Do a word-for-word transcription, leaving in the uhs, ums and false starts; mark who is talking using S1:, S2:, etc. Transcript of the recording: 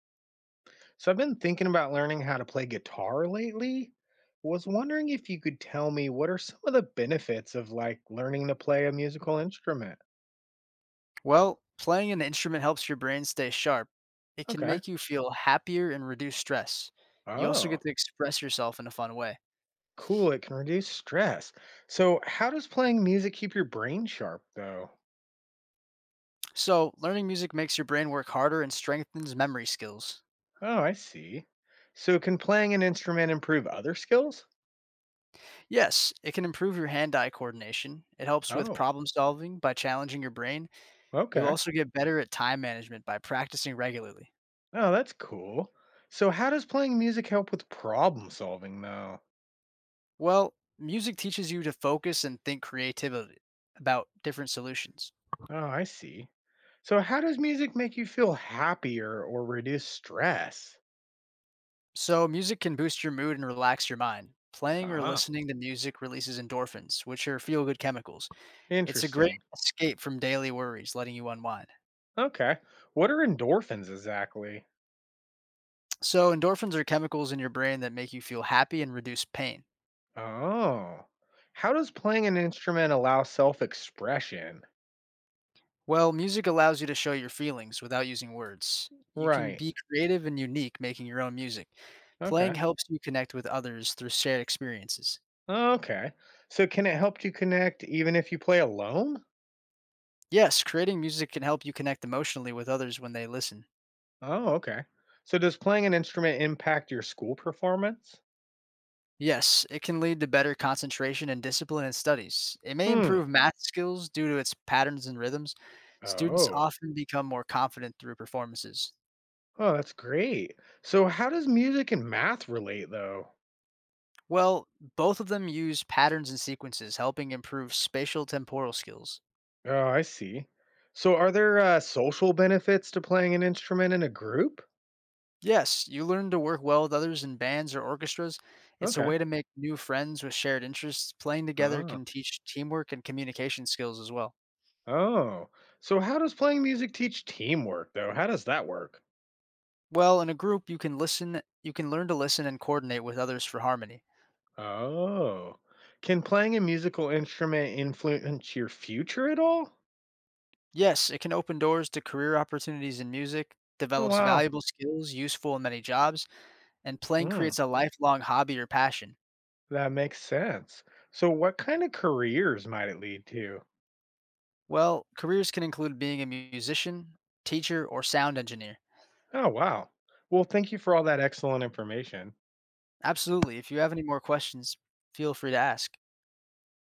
S1: So I've been thinking about learning how to play guitar lately. Was wondering if you could tell me what are some of the benefits of like learning to play a musical instrument?
S2: Well, playing an instrument helps your brain stay sharp. It can
S1: Okay.
S2: make you feel happier and reduce stress. You also
S1: Oh,
S2: get to express yourself in a fun way.
S1: cool. It can reduce stress. So how does playing music keep your brain sharp though?
S2: So, learning music makes your brain work harder and strengthens memory skills.
S1: Oh, I see. So can playing an instrument improve other skills?
S2: Yes, it can improve your hand eye coordination. It helps with
S1: Oh,
S2: problem solving by challenging your brain. You
S1: okay.
S2: also get better at time management by practicing regularly.
S1: Oh, that's cool. So how does playing music help with problem solving though?
S2: Well, music teaches you to focus and think creatively about different solutions.
S1: Oh, I see. So, how does music make you feel happier or reduce stress?
S2: So, music can boost your mood and relax your mind. Playing or
S1: Ah.
S2: listening to music releases endorphins, which are feel good chemicals. It's a great
S1: Interesting.
S2: escape from daily worries, letting you unwind.
S1: Okay. What are endorphins exactly?
S2: So, endorphins are chemicals in your brain that make you feel happy and reduce pain.
S1: Oh. How does playing an instrument allow self expression?
S2: Well, music allows you to show your feelings without using words. You can
S1: Right.
S2: be creative and unique making your own music.
S1: Okay.
S2: Playing helps you connect with others through shared experiences.
S1: Okay. So, can it help you connect even if you play alone?
S2: Yes, creating music can help you connect emotionally with others when they listen.
S1: Oh, okay. So, does playing an instrument impact your school performance?
S2: Yes, it can lead to better concentration and discipline in studies. It may
S1: Hmm.
S2: improve math skills due to its patterns and rhythms. Students
S1: Oh.
S2: often become more confident through performances.
S1: Oh, that's great. So, how does music and math relate, though?
S2: Well, both of them use patterns and sequences, helping improve spatial temporal skills.
S1: Oh, I see. So, are there uh, social benefits to playing an instrument in a group?
S2: Yes, you learn to work well with others in bands or orchestras. It's a
S1: Okay.
S2: way to make new friends with shared interests. Playing together
S1: Oh,
S2: can teach teamwork and communication skills as well.
S1: oh. So, how does playing music teach teamwork, though? How does that work?
S2: Well, in a group, you can listen, you can learn to listen and coordinate with others for harmony.
S1: Oh, can playing a musical instrument influence your future at all?
S2: Yes, it can open doors to career opportunities in music,
S1: Oh,
S2: develops
S1: wow.
S2: valuable skills useful in many jobs, and playing
S1: Hmm.
S2: creates a lifelong hobby or passion.
S1: That makes sense. So, what kind of careers might it lead to?
S2: Well, careers can include being a musician, teacher, or sound engineer.
S1: Oh, wow. Well, thank you for all that excellent information.
S2: Absolutely. If you have any more questions, feel free to ask.